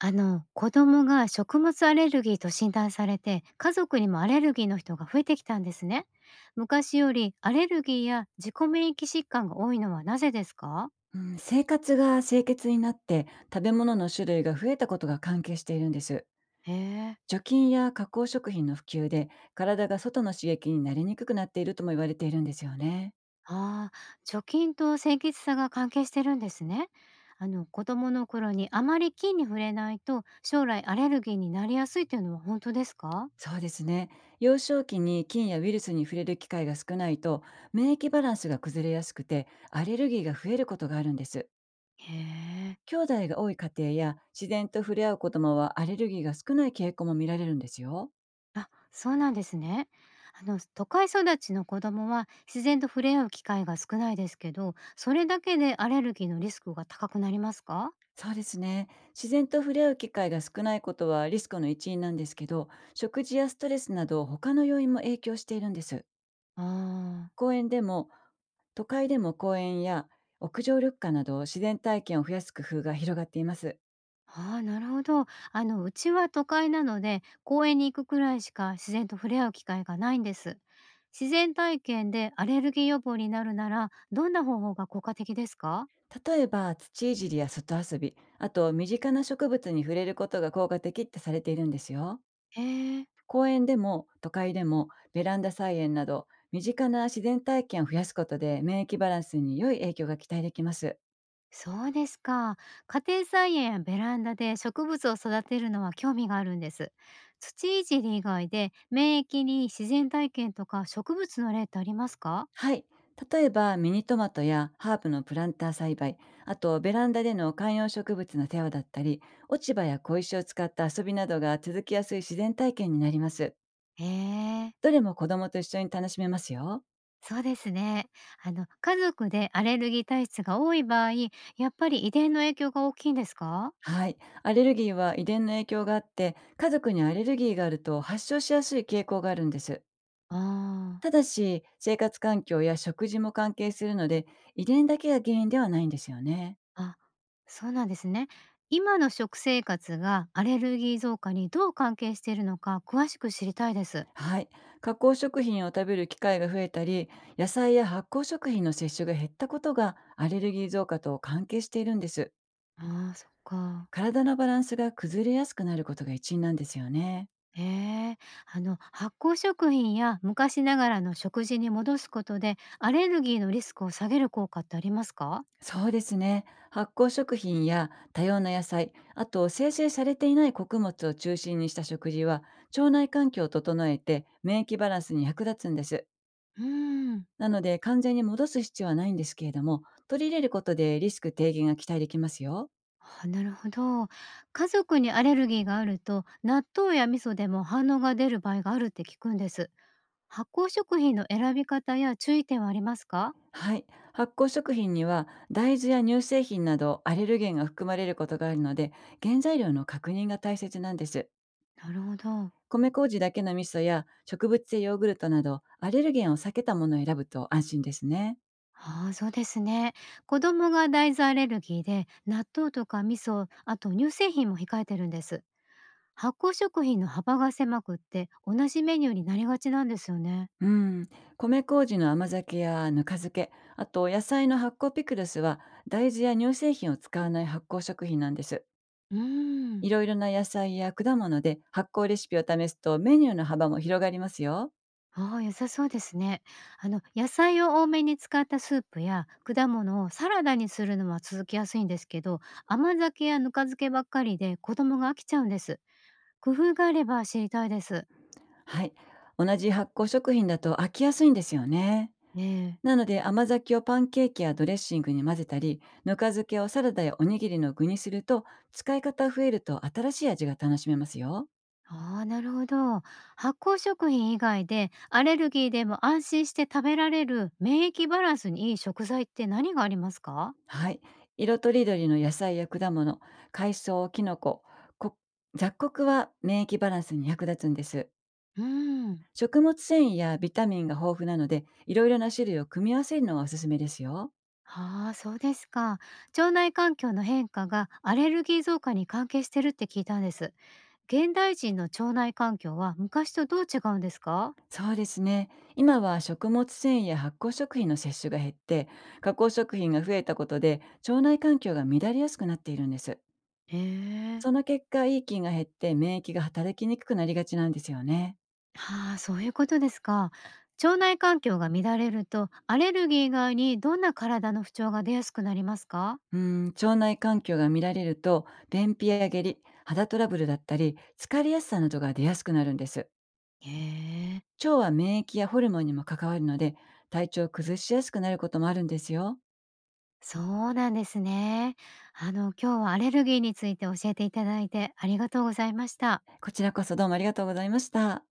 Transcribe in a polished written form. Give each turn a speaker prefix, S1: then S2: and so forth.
S1: 子供が食物アレルギーと診断されて、家族にもアレルギーの人が増えてきたんですね。昔よりアレルギーや自己免疫疾患が多いのはなぜですか？
S2: うん、生活が清潔になって、食べ物の種類が増えたことが関係しているんです。
S1: へえ、
S2: 除菌や加工食品の普及で、体が外の刺激になりにくくなっているとも言われているんですよね。
S1: ああー、貯金と清潔さが関係してるんですね。子供の頃にあまり菌に触れないと、将来アレルギーになりやすいというのは本当ですか？
S2: そうですね、幼少期に菌やウイルスに触れる機会が少ないと、免疫バランスが崩れやすくて、アレルギーが増えることがあるんです。
S1: へえ。
S2: 兄弟が多い家庭や自然と触れ合う子供は、アレルギーが少ない傾向も見られるんですよ。
S1: あ、そうなんですね。都会育ちの子供は自然と触れ合う機会が少ないですけど、それだけでアレルギーのリスクが高くなりますか？
S2: そうですね。自然と触れ合う機会が少ないことはリスクの一因なんですけど、食事やストレスなど他の要因も影響しているんです。
S1: ああ、
S2: 公園でも、都会でも公園や屋上緑化など、自然体験を増やす工夫が広がっています。
S1: ああ、なるほど。うちは都会なので、公園に行くくらいしか自然と触れ合う機会がないんです。自然体験でアレルギー予防になるなら、どんな方法が効果的ですか？
S2: 例えば土いじりや外遊び、あと身近な植物に触れることが効果的ってされているんですよ。
S1: へえ。
S2: 公園でも都会でも、ベランダ菜園など身近な自然体験を増やすことで、免疫バランスに良い影響が期待できます。
S1: そうですか。家庭菜園やベランダで植物を育てるのは興味があるんです。土いじり以外で免疫に自然体験とか植物の例ってありますか？
S2: はい。例えばミニトマトやハーブのプランター栽培、あとベランダでの観葉植物の世話だったり、落ち葉や小石を使った遊びなどが、続きやすい自然体験になります。
S1: へえ、
S2: どれも子供と一緒に楽しめますよ。
S1: そうですね。家族でアレルギー体質が多い場合、やっぱり遺伝の影響が大きいんですか？
S2: はい。アレルギーは遺伝の影響があって、家族にアレルギーがあると発症しやすい傾向があるんです。
S1: あ
S2: ただし、生活環境や食事も関係するので、遺伝だけが原因ではないんですよね。
S1: あ、あ、そうなんですね。今の食生活がアレルギー増加にどう関係しているのか詳しく知りたいです。
S2: はい。加工食品を食べる機会が増えたり、野菜や発酵食品の摂取が減ったことが、アレルギー増加と関係しているんです。
S1: ああ、そっか。
S2: 体のバランスが崩れやすくなることが一因なんですよね。
S1: ええ、発酵食品や昔ながらの食事に戻すことでアレルギーのリスクを下げる効果ってありますか？
S2: そうですね。発酵食品や多様な野菜、あと生成されていない穀物を中心にした食事は、腸内環境を整えて免疫バランスに役立つんです。
S1: うーん。
S2: なので、完全に戻す必要はないんですけれども、取り入れることでリスク低減が期待できますよ。
S1: あ、なるほど。家族にアレルギーがあると納豆や味噌でも反応が出る場合があるって聞くんです。発酵食品の選び方や注意点はありますか？
S2: はい。発酵食品には大豆や乳製品などアレルゲンが含まれることがあるので、原材料の確認が大切なんです。
S1: なるほど。
S2: 米麹だけの味噌や植物性ヨーグルトなど、アレルゲンを避けたものを選ぶと安心ですね。
S1: ああ、そうですね。子供が大豆アレルギーで納豆とか味噌あと乳製品も控えてるんです。発酵食品の幅が狭くって同じメニューになりがちなんですよね。
S2: うん。米麹の甘酒やぬか漬け、あと野菜の発酵ピクルスは、大豆や乳製品を使わない発酵食品なんです。
S1: うーん。
S2: いろいろな野菜や果物で発酵レシピを試すと、メニューの幅も広がりますよ。
S1: ああ、良さそうですね。野菜を多めに使ったスープや果物をサラダにするのは続きやすいんですけど、甘酒やぬか漬けばっかりで子供が飽きちゃうんです。工夫があれば知りたいです。
S2: はい。同じ発酵食品だと飽きやすいんですよね。
S1: ええ。
S2: なので、甘酒をパンケーキやドレッシングに混ぜたり、ぬか漬けをサラダやおにぎりの具にすると、使い方増えると新しい味が楽しめますよ。
S1: ああ、なるほど。発酵食品以外でアレルギーでも安心して食べられる免疫バランスにいい食材って何がありますか？
S2: はい。色とりどりの野菜や果物、海藻、キノコ、こ雑穀は免疫バランスに役立つんです。
S1: うーん。
S2: 食物繊維やビタミンが豊富なので、いろいろな種類を組み合わせるのがおすすめですよ。
S1: ああ、そうですか。腸内環境の変化がアレルギー増加に関係してるって聞いたんです。現代人の腸内環境は昔とどう違うんですか？
S2: そうですね。今は食物繊維や発酵食品の摂取が減って、加工食品が増えたことで、腸内環境が乱れやすくなっているんです。
S1: へえ。
S2: その結果、いい菌が減って、免疫が働きにくくなりがちなんですよね。
S1: ああ、そういうことですか。腸内環境が乱れるとアレルギー以外にどんな体の不調が出やすくなりますか？
S2: うん、腸内環境が乱れると、便秘や下痢、肌トラブルだったり、疲れやすさなどが出やすくなるんです。
S1: へえ。
S2: 腸は免疫やホルモンにも関わるので、体調を崩しやすくなることもあるんですよ。
S1: そうなんですね。今日はアレルギーについて教えていただいてありがとうございました。
S2: こちらこそ、どうもありがとうございました。